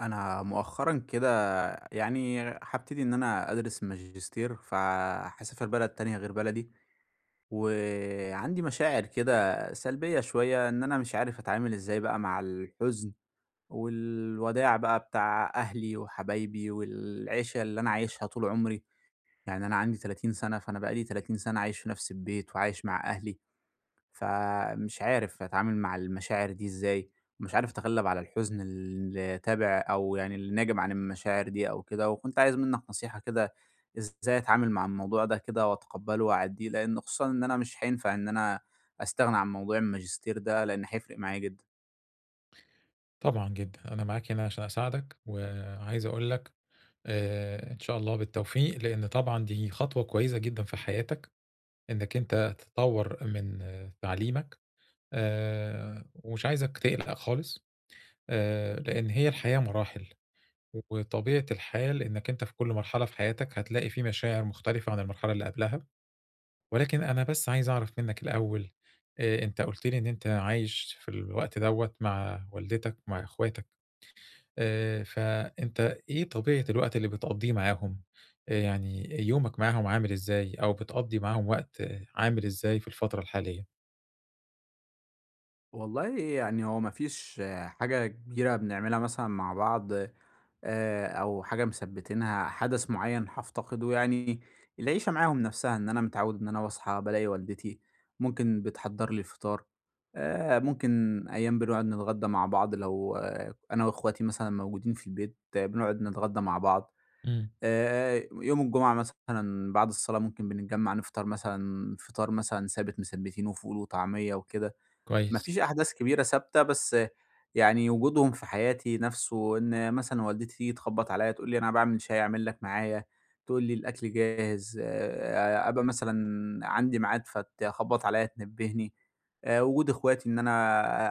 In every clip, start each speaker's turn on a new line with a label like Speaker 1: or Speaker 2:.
Speaker 1: أنا مؤخرًا كده يعني هابتدي إن أنا أدرس ماجستير، فهاسافر بلد تانية غير بلدي، وعندي مشاعر كده سلبية شوية إن أنا مش عارف أتعامل إزاي بقى مع الحزن والوداع بقى بتاع أهلي وحبايبي والعيشة اللي أنا عايشها طول عمري، يعني أنا عندي 30 سنة، فأنا بقى لي 30 سنة عايش في نفس البيت وعايش مع أهلي. فمش عارف أتعامل مع المشاعر دي إزاي، ومش عارف أتغلب على الحزن اللي تابع أو يعني اللي ناجم عن المشاعر دي أو كده، وكنت عايز منك نصيحة كده إزاي أتعامل مع الموضوع ده كده وأتقبله وأعديه، لأن خصوصًا إن أنا مش هينفع إن أنا أستغنى عن موضوع الماجستير ده لأن هيفرق معايا جدًا.
Speaker 2: طبعًا جدًا، أنا معاك هنا عشان أساعدك، وعايز أقول لك إن شاء الله بالتوفيق، لإن طبعًا دي خطوة كويسة جدًا في حياتك، إنك أنت تطوّر من تعليمك. ومش عايزك تقلق خالص. لإن هي الحياة مراحل، وطبيعة الحال إنك أنت في كل مرحلة في حياتك هتلاقي في مشاعر مختلفة عن المرحلة اللي قبلها، ولكن أنا بس عايز أعرف منك الأول. أنت قُلت لي إن أنت عايش في الوقت دوّة مع والدتك ومع إخواتك. فأنت إيه طبيعة الوقت اللي بتقضّيه معاهم؟ يعني يومك معاهم عامل إزاي، أو بتقضّي معاهم وقت عامل إزاي في الفترة الحالية؟
Speaker 1: والله يعني هو ما فيش حاجة كبيرة بنعملها مثلًا مع بعض، أو حاجة مثبّتينها، حدث معيّن هافتقده، يعني العيشة معاهم نفسها، إن أنا متعوّد إن أنا باصحى بالاقي والدتي ممكن بتحضّر لي الفطار، ممكن أيام بنقعد نتغدى مع بعض، لو أنا وأخواتي مثلًا موجودين في البيت، بنقعد نتغدى مع بعض.
Speaker 2: إمم،
Speaker 1: يوم الجمعة مثلًا بعد الصلاة ممكن بنتجمّع نفطر مثلًا فطار مثلًا ثابت مثبّتينه فول وطعمية وكده. ما
Speaker 2: كويس.
Speaker 1: فيش أحداث كبيرة ثابتة، بس يعني وجودهم في حياتي نَفْسه، إن مثلًا والدتي تيجي تخبّط عليّا تقول لي: "أنا باعمل شاي، اعمل لك معايا." تقول لي: "الأكل جاهز." أبقى مثلًا عندي ميعاد فتخبّط عليّا تنبّهني. وجود إخواتي إن أنا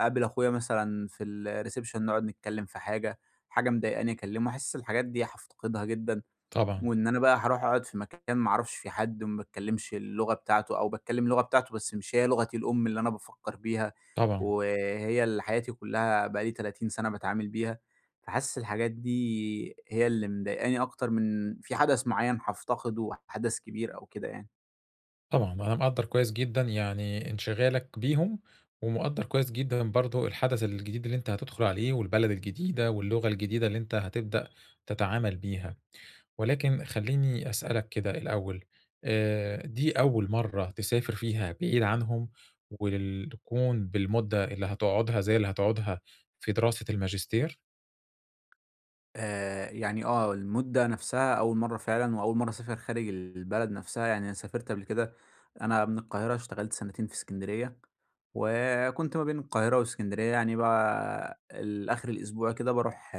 Speaker 1: أقابل أخويا مثلًا في الreception نقعد نتكلّم في حاجة، حاجة مضايقاني أكلّمه. حاسس الحاجات دي هافتقدها جدًا.
Speaker 2: طبعًا،
Speaker 1: وإن أنا بقى هاروح أقعد في مكان ما أعرفش فيه حد، وما باتكلمش اللغة بتاعته، أو باتكلم اللغة بتاعته بس مش هي لغتي الأم اللي أنا بافكّر بيها،
Speaker 2: طبعًا،
Speaker 1: وهي اللي حياتي كلّها بقى لي 30 سَنة باتعامل بيها، فحاسس الحاجات دي هي اللي مضايقاني أكتر من في حدث معيّن هافتقده، حدث كبير أو كده يعني.
Speaker 2: طبعًا، أنا مقدّر كويس جدًا يعني انشغالك بيهم، ومقدّر كويس جدًا برضه الحدث الجديد اللي أنت هتدخل عليه، والبلد الجديدة، واللغة الجديدة اللي أنت هتبدأ تتعامل بيها. ولكن خلّيني أسألك كده الأول، دي أول مرّة تسافر فيها بعيد عنهم وتكون بالمدة اللي هتقعدها زي اللي هتقعدها في دراسة الماجستير؟
Speaker 1: يعني المدة نَفْسها أول مرّة فعلًا، وأول مرّة أسافر خارج البلد نَفْسها، يعني أنا سافرت قبل كده، أنا من القاهرة اشتغلت سَنتين في إسكندرية. وكنت ما بين القاهرة واسكندرية، يعني بقى آخر الأسبوع كده باروح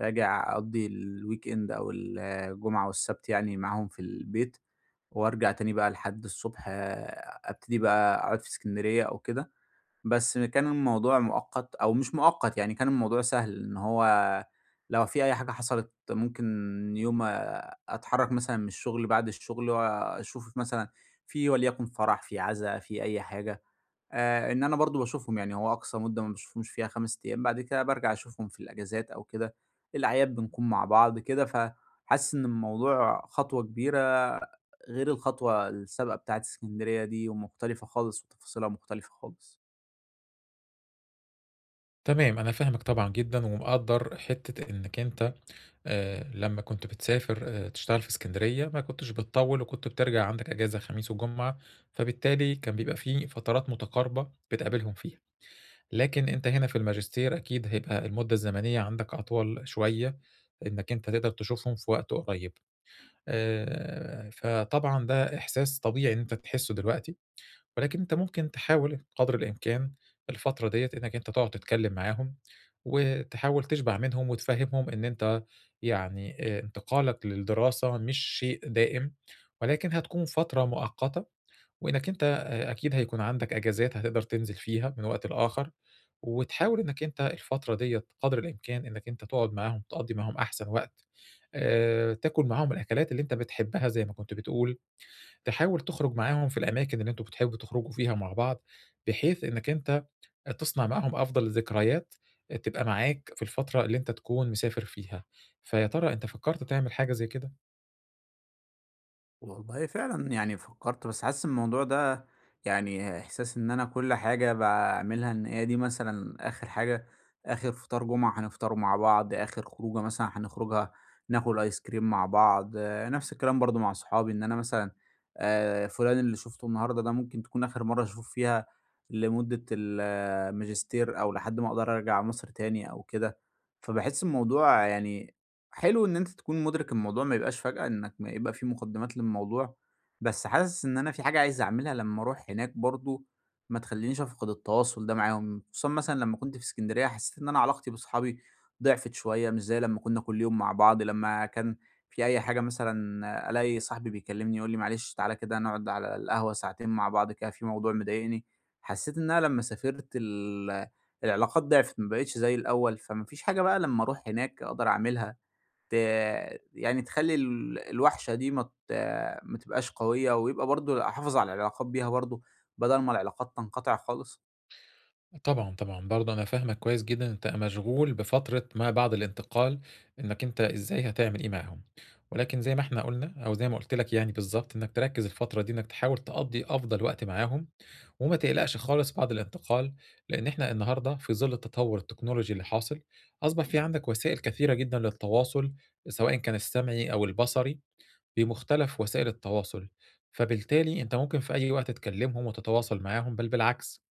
Speaker 1: راجع أقضّي الweekend أو الجمعة والسبت يعني معاهم في البيت، وأرجع تاني بقى لحد الصبح، أبتدي بقى أقعد في اسكندرية أو كده. بس كان الموضوع مؤقت، أو مش مؤقت يعني، كان الموضوع سهل، إن هو لو في أي حاجة حصلت ممكن يوم أتحرّك مثلًا من الشغل بعد الشغل، وأشوف مثلًا في وليكن فرح، في عزا، في أي حاجة. إن أنا برضه باشوفهم، يعني هو أقصى مدة ما باشوفهمش فيها 5 أيام، بعد كده بارجع أشوفهم في الأجازات أو كده، الأعياد بنكون مع بعض كده، فحاسس إن الموضوع خطوة كبيرة غير الخطوة السابقة بتاعة إسكندرية دي، ومختلفة خالص وتفاصيلها مختلفة خالص.
Speaker 2: تمام، أنا فاهمك طبعًا جدًا ومقدّر حتّة إنّك أنت لمّا كنت بتسافر تشتغل في إسكندرية ما كنتش بتطوّل وكنت بترجع عندك إجازة خميس وجمعة، فبالتالي كان بيبقى في فترات متقاربة بتقابلهم فيها. لكن أنت هنا في الماجستير أكيد هيبقى المدة الزمنية عندك أطول شوية، إنك أنت تقدر تشوفهم في وقت قريب. فطبعًا ده إحساس طبيعي إن أنت تحسه دلوقتي، ولكن أنت ممكن تحاول قدر الإمكان الفترة ديّة إنك أنت تقعد تتكلم معاهم، وتحاول تشبع منهم وتفهمهم إن أنت يعني، انتقالك للدراسة مش شيء دائم، ولكن هتكون فترة مؤقتة وإنك أنت أكيد هيكون عندك أجازات هتقدر تنزل فيها من وقت لآخر، وتحاول إنك أنت الفترة ديّة قدر الإمكان إنك أنت تقعد معاهم، تقضّي معاهم أحسن وقت، تاكل معاهم الأكلات اللي أنت بتحبها زي ما كنت بتقول، تحاول تخرج معاهم في الأماكن اللي أنتم بتحبوا تخرجوا فيها مع بعض، بحيث إنك أنت تصنع معاهم أفضل الذكريات تبقى معاك في الفترة اللي أنت تكون مسافر فيها. فيا ترى أنت فكرت تعمل حاجة زي كده؟
Speaker 1: والله فعلًا يعني فكّرت، بس حاسس إن الموضوع ده يعني إحساس إن أنا كل حاجة باعملها إن هي دي مثلًا آخر حاجة، آخر فطار جمعة هنفطره مع بعض، آخر خروجة مثلًا هنخرجها ناكل آيس كريم مع بعض، نفس الكلام برضه مع صحابي، إن أنا مثلًا فلان اللي شُفته النهارده ده ممكن تكون آخر مرّة أشوفه فيها لمدة الماجستير، أو لحد ما أقدر أرجع مصر تاني أو كده. فباحس الموضوع يعني حلو إن أنت تكون مُدرِك الموضوع، ما يبقاش فجأة، إنّك ما يبقى في مقدِّمات للموضوع. بس حاسس إن أنا في حاجة عايز أعملها لمّا أروح هناك برضه ما تخلّينيش أفقد التواصل ده معاهم. خصوصًا مثلًا لمّا كنت في إسكندرية حسّيت إن أنا علاقتي بأصحابي ضِعفت شوية، مش زي لمّا كُنّا كل يوم مع بعض، لمّا كان في أي حاجة مثلًا ألاقي صاحبي بيكلّمني يقول لي: "معلش، تعالَ كده نقعد على القهوة ساعتين مع بعض كده في موضوع مضايقني." حسّيت إن أنا لمّا سافرت العلاقات ضِعفت، ما بقيتش زي الأول، فما فيش حاجة بقى لمّا أروح هناك أقدر أعملها، ت يعني تخلّي الوحشة دي ما تبقاش قوية، ويبقى برضه أحافظ على العلاقات بيها برضه، بدل ما العلاقات تنقطع خالص.
Speaker 2: طبعًا، طبعًا، برضه أنا فاهمك كويس جدًا، أنت مشغول بفترة ما بعد الانتقال، إنك أنت إزاي هتعمل إيه معاهم، ولكن زي ما إحنا قُلنا أو زي ما قُلت لك يعني بالضبط، إنك تركّز الفترة دي إنك تحاول تقضّي أفضل وقت معاهم، وما تقلقش خالص بعد الانتقال، لإن إحنا النهارده في ظل التطوّر التكنولوجي اللي حاصل، أصبح في عندك وسائل كثيرة جدًا للتواصل، سواء كان السمعي أو البصري، بمختلف وسائل التواصل، فبالتالي أنت ممكن في أي وقت تكلّمهم وتتواصل معاهم، بل بالعكس.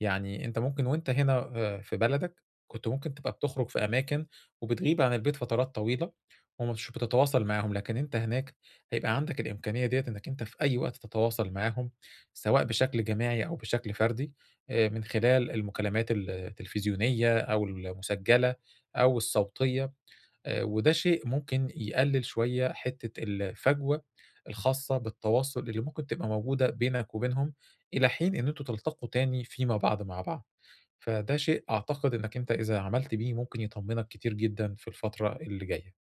Speaker 2: يعني أنت ممكن وأنت هنا في بلدك، كنت ممكن تبقى بتخرج في أماكن وبتغيب عن البيت فترات طويلة ومش بتتواصل معاهم، لكن أنت هناك هيبقى عندك الإمكانية ديّة إنّك أنت في أي وقت تتواصل معاهم، سواء بشكل جماعي أو بشكل فردي، من خلال المكالمات التلفزيونية أو المسجلة أو الصوتية. وده شيء ممكن يقلل شوية حتّة الفجوة الخاصة بالتواصل اللي ممكن تبقى موجودة بينك وبينهم، إلى حين إن أنتم تلتقوا تاني فيما بعد مع بعض. فده شيء أعتقد إنّك أنت إذا عملت بيه ممكن يطمنك كتير جدًا في الفترة اللي جاية.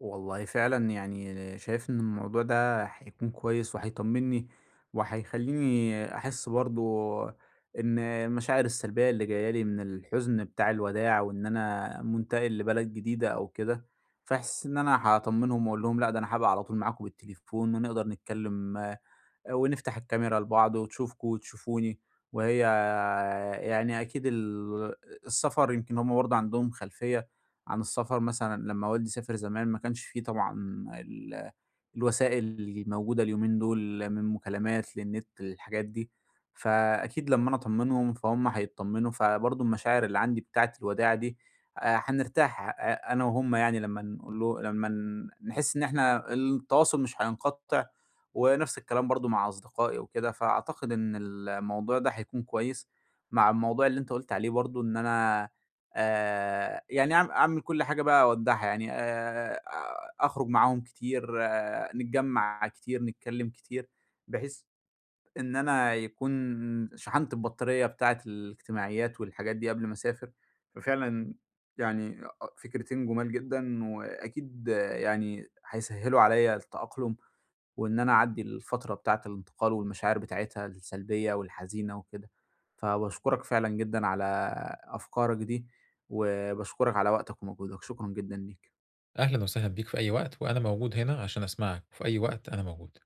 Speaker 1: والله فعلًا يعني شايف إن الموضوع ده هيكون كويس وهيطمّني، وهيخلّيني أحس برضه إن المشاعر السلبية اللي جاية لي من الحزن بتاع الوداع، وإن أنا مُنتقل لبلد جديدة أو كده، فاحس إن أنا هاطمّنهم وأقول لهم: لأ، ده أنا هابقى على طول معاكم بالتليفون ونقدر نتكلّم، ونفتح الكاميرا لبعض وتشوفكم وتشوفوني. وهي يعني أكيد السفر يمكن هم برضه عندهم خلفية عن السفر، مثلًا لمّا والدي سافر زمان ما كانش في طبعًا ال الوسائل اللي موجودة اليومين دول من مكالمات للنت للحاجات دي. فأكيد لمّا أنا أطمنهم فهُم هيتطمنوا، فبرضه المشاعر اللي عندي بتاعة الوداع دي هنرتاح أنا وهُم، يعني لمّا نقول له، لمّا نحس إن إحنا التواصل مش هينقطع، ونفس الكلام برضه مع أصدقائي وكده. فأعتقد إن الموضوع ده هيكون كويس مع الموضوع اللي أنت قُلت عليه برضه، إن أنا يعني أعمل كل حاجة بقى أودّعها، يعني أخرج معاهم كتير، نتجمّع كتير، نتكلّم كتير، بحيث إن أنا يكون شحنت البطارية بتاعة الاجتماعيات والحاجات دي قبل ما أسافر. ففعلًا يعني فكرتين جُمال جدًا، وأكيد يعني هيسهّلوا عليّا التأقلم، وإن أنا أعدّي الفترة بتاعة الانتقال والمشاعر بتاعتها السلبية والحزينة وكده، فباشكرك فعلًا جدًا على أفكارك دي، وباشكرك على وقتك ومجهودك، شكرًا جدًا ليك.
Speaker 2: أهلًا وسهلًا بيك في أي وقت، وأنا موجود هنا عشان أسمعك، وفي أي وقت أنا موجود.